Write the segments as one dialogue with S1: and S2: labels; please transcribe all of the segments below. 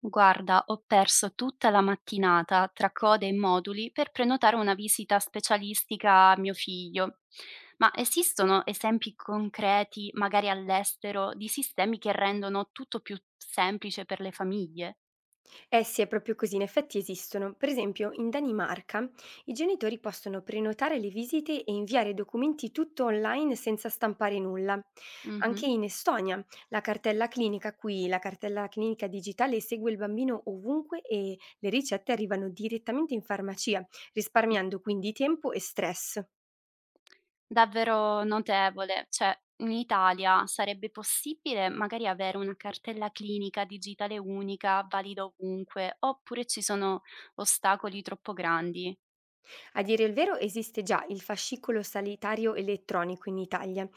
S1: Guarda, ho perso tutta la mattinata tra code e moduli per prenotare una visita specialistica a mio figlio. Ma esistono esempi concreti, magari all'estero, di sistemi che rendono tutto più semplice per le famiglie?
S2: Eh sì, è proprio così, in effetti esistono. Per esempio, in Danimarca i genitori possono prenotare le visite e inviare i documenti tutto online senza stampare nulla.
S1: Mhm.
S2: Anche in Estonia, la cartella clinica digitale segue il bambino ovunque e le ricette arrivano direttamente in farmacia, risparmiando quindi tempo e stress.
S1: Davvero notevole. Cioè, in Italia sarebbe possibile magari avere una cartella clinica digitale unica, valida ovunque, oppure ci sono ostacoli troppo grandi?
S2: A dire il vero esiste già il fascicolo sanitario elettronico in Italia,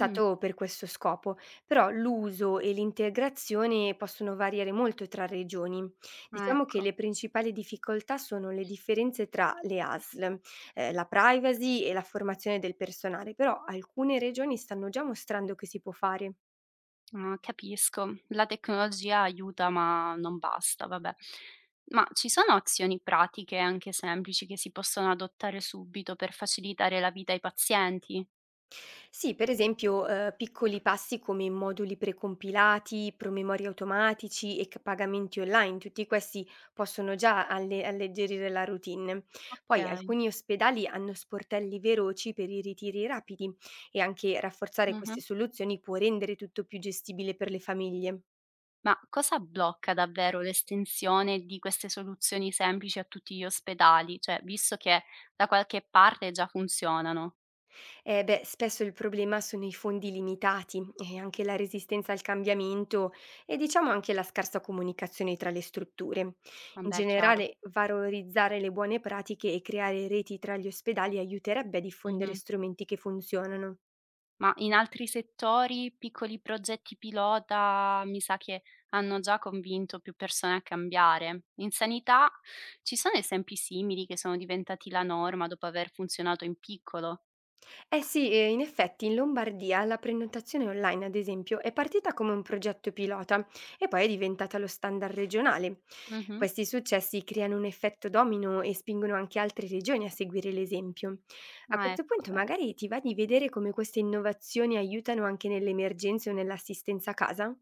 S1: Mm,
S2: per questo scopo, però l'uso e l'integrazione possono variare molto tra regioni. Diciamo che
S1: ecco.
S2: le principali difficoltà sono le differenze tra le ASL, la privacy e la formazione del personale, però alcune regioni stanno già mostrando che si può fare.
S1: Ah, capisco. La tecnologia aiuta, ma non basta, vabbè. Ma ci sono azioni pratiche, anche semplici, che si possono adottare subito per facilitare la vita ai pazienti?
S2: Sì, per esempio, piccoli passi come moduli precompilati, promemori automatici e c pagamenti online, tutti questi possono già alleggerire la routine.
S1: Ok.
S2: Poi alcuni ospedali hanno sportelli veloci per i ritiri rapidi e anche rafforzare queste
S1: Mhm.
S2: soluzioni può rendere tutto più gestibile per le famiglie.
S1: Ma cosa blocca davvero l'estensione di queste soluzioni semplici a tutti gli ospedali? Cioè, visto che da qualche parte già funzionano.
S2: Eh beh, spesso il problema sono i fondi limitati e anche la resistenza al cambiamento e diciamo anche la scarsa comunicazione tra le strutture. In
S1: Vabbè, è chiaro.
S2: generale, valorizzare le buone pratiche e creare reti tra gli ospedali aiuterebbe a diffondere strumenti che funzionano.
S1: Ma in altri settori, piccoli progetti pilota, mi sa che hanno già convinto più persone a cambiare. In sanità ci sono esempi simili che sono diventati la norma dopo aver funzionato in piccolo?
S2: Eh sì, in effetti in Lombardia la prenotazione online, ad esempio, è partita come un progetto pilota e poi è diventata lo standard regionale.
S1: Mh-mh.
S2: Questi successi creano un effetto domino e spingono anche altre regioni a seguire l'esempio. A
S1: Ah,
S2: questo
S1: ecco,
S2: punto
S1: vedi.
S2: magari ti va di vedere come queste innovazioni aiutano anche nelle emergenze o nell'assistenza a casa?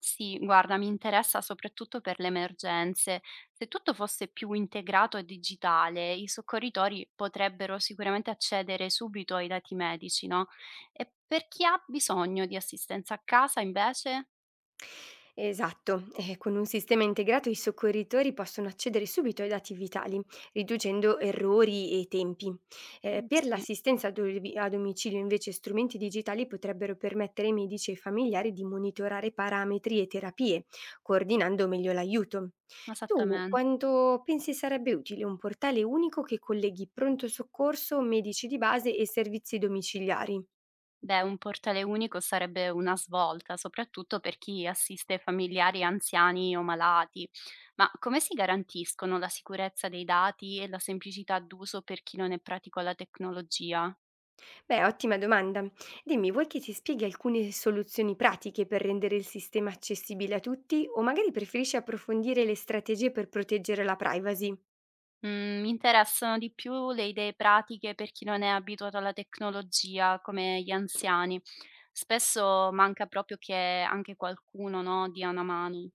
S1: Sì, guarda, mi interessa soprattutto per le emergenze. Se tutto fosse più integrato e digitale, i soccorritori potrebbero sicuramente accedere subito ai dati medici, no? E per chi ha bisogno di assistenza a casa, invece?
S2: Esatto, e con un sistema integrato i soccorritori possono accedere subito ai dati vitali, riducendo errori e tempi. Eh, per
S1: Sì,
S2: l'assistenza a a domicilio invece strumenti digitali potrebbero permettere ai medici e ai familiari di monitorare parametri e terapie, coordinando meglio l'aiuto. Tu
S1: esattamente.
S2: quanto pensi sarebbe utile un portale unico che colleghi pronto soccorso, medici di base e servizi domiciliari?
S1: Beh, un portale unico sarebbe una svolta, soprattutto per chi assiste familiari anziani o malati. Ma come si garantiscono la sicurezza dei dati e la semplicità d'uso per chi non è pratico alla tecnologia?
S2: Beh, ottima domanda. Dimmi, vuoi che ti spieghi alcune soluzioni pratiche per rendere il sistema accessibile a tutti o magari preferisci approfondire le strategie per proteggere la privacy?
S1: Mhmm, mi interessano di più le idee pratiche per chi non è abituato alla tecnologia, come gli anziani. Spesso manca proprio che anche qualcuno, no, dia una mano.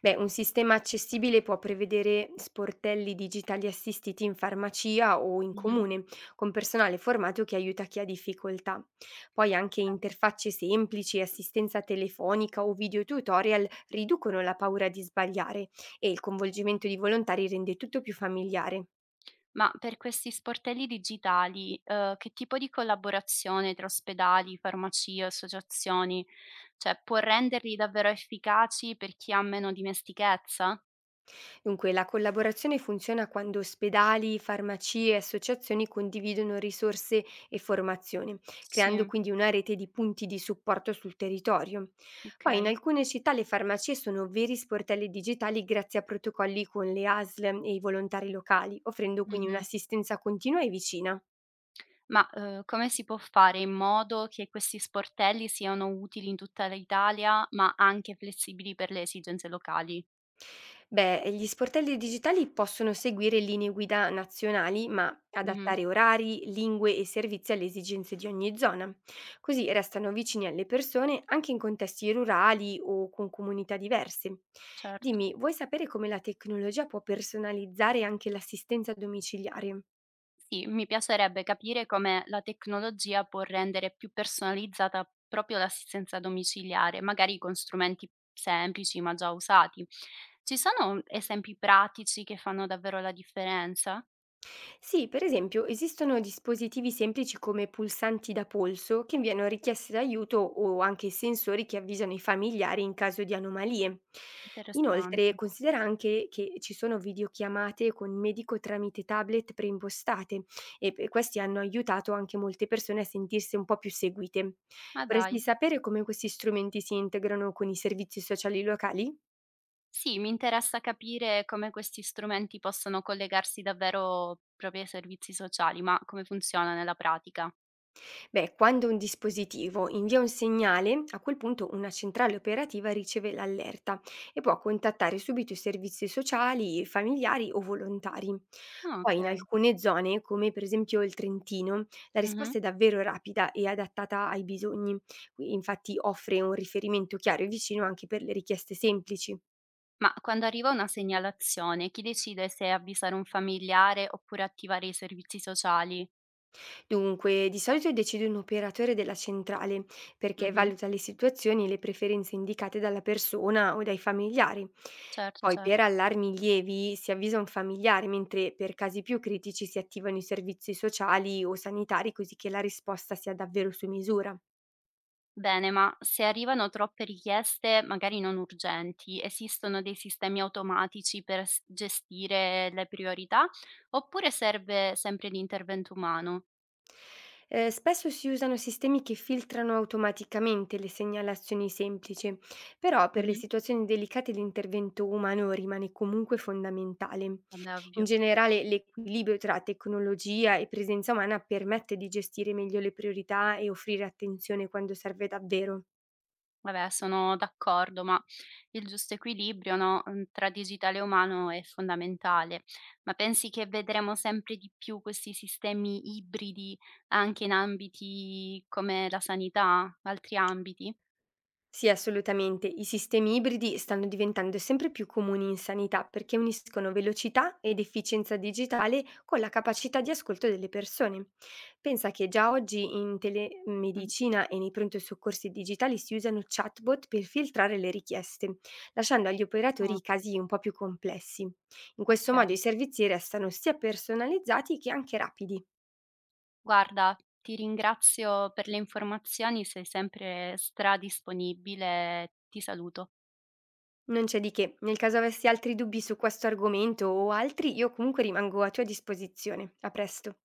S2: Beh, un sistema accessibile può prevedere sportelli digitali assistiti in farmacia o in
S1: Mh-mh.
S2: comune, con personale formato che aiuta chi ha difficoltà. Poi anche
S1: Eh.
S2: interfacce semplici, assistenza telefonica o video tutorial riducono la paura di sbagliare e il coinvolgimento di volontari rende tutto più familiare.
S1: Ma per questi sportelli digitali, che tipo di collaborazione tra ospedali, farmacie, associazioni, cioè può renderli davvero efficaci per chi ha meno dimestichezza?
S2: Dunque, la collaborazione funziona quando ospedali, farmacie e associazioni condividono risorse e formazione,
S1: Sì,
S2: creando quindi una rete di punti di supporto sul territorio. Poi in
S1: okay.
S2: alcune città le farmacie sono veri sportelli digitali grazie a protocolli con le ASL e i volontari locali, offrendo quindi
S1: Mh-mh.
S2: un'assistenza continua e vicina.
S1: Ma, come si può fare in modo che questi sportelli siano utili in tutta l'Italia, ma anche flessibili per le esigenze locali?
S2: Beh, gli sportelli digitali possono seguire linee guida nazionali, ma
S1: Mh-mh,
S2: adattare orari, lingue e servizi alle esigenze di ogni zona. Così restano vicini alle persone anche in contesti rurali o con comunità diverse.
S1: certo.
S2: Dimmi, vuoi sapere come la tecnologia può personalizzare anche l'assistenza domiciliare?
S1: Sì, mi piacerebbe capire come la tecnologia può rendere più personalizzata proprio l'assistenza domiciliare, magari con strumenti semplici ma già usati. Ci sono esempi pratici che fanno davvero la differenza?
S2: Sì, per esempio esistono dispositivi semplici come pulsanti da polso che inviano richieste d'aiuto o anche sensori che avvisano i familiari in caso di anomalie.
S1: Interessante.
S2: Inoltre, considera anche che ci sono videochiamate con il medico tramite tablet preimpostate e questi hanno aiutato anche molte persone a sentirsi un po' più seguite.
S1: Ma
S2: Vorresti
S1: dai.
S2: sapere come questi strumenti si integrano con i servizi sociali locali?
S1: Sì, mi interessa capire come questi strumenti possono collegarsi davvero proprio ai servizi sociali, ma come funziona nella pratica.
S2: Beh, quando un dispositivo invia un segnale, a quel punto una centrale operativa riceve l'allerta e può contattare subito i servizi sociali, familiari o volontari.
S1: Ah,
S2: Poi
S1: ok.
S2: in alcune zone, come per esempio il Trentino, la risposta è davvero rapida e adattata ai bisogni. Qui, infatti offre un riferimento chiaro e vicino anche per le richieste semplici.
S1: Ma quando arriva una segnalazione, chi decide se avvisare un familiare oppure attivare i servizi sociali?
S2: Dunque, di solito decide un operatore della centrale perché
S1: Mh-mh.
S2: valuta le situazioni e le preferenze indicate dalla persona o dai familiari.
S1: Certo,
S2: Poi per
S1: certo.
S2: allarmi lievi si avvisa un familiare, mentre per casi più critici si attivano i servizi sociali o sanitari così che la risposta sia davvero su misura.
S1: Bene, ma se arrivano troppe richieste, magari non urgenti, esistono dei sistemi automatici per s gestire le priorità oppure serve sempre l'intervento umano?
S2: Spesso si usano sistemi che filtrano automaticamente le segnalazioni semplici, però per le
S1: Mh-mh.
S2: situazioni delicate l'intervento umano rimane comunque fondamentale.
S1: Vabbè,
S2: In
S1: ovvio.
S2: generale l'equilibrio tra tecnologia e presenza umana permette di gestire meglio le priorità e offrire attenzione quando serve davvero.
S1: Vabbè, sono d'accordo, ma il giusto equilibrio, no, tra digitale e umano è fondamentale. Ma pensi che vedremo sempre di più questi sistemi ibridi anche in ambiti come la sanità, altri ambiti?
S2: Sì, assolutamente. I sistemi ibridi stanno diventando sempre più comuni in sanità perché uniscono velocità ed efficienza digitale con la capacità di ascolto delle persone. Pensa che già oggi in
S1: Mh.
S2: telemedicina e nei pronto soccorsi digitali si usano chatbot per filtrare le richieste, lasciando agli operatori
S1: Ah,
S2: i casi un po' più complessi. In questo modo i
S1: okay.
S2: servizi restano sia personalizzati che anche rapidi.
S1: Guarda, ti ringrazio per le informazioni, sei sempre stradisponibile. Ti saluto.
S2: Non c'è di che, nel caso avessi altri dubbi su questo argomento o altri, io comunque rimango a tua disposizione. A presto.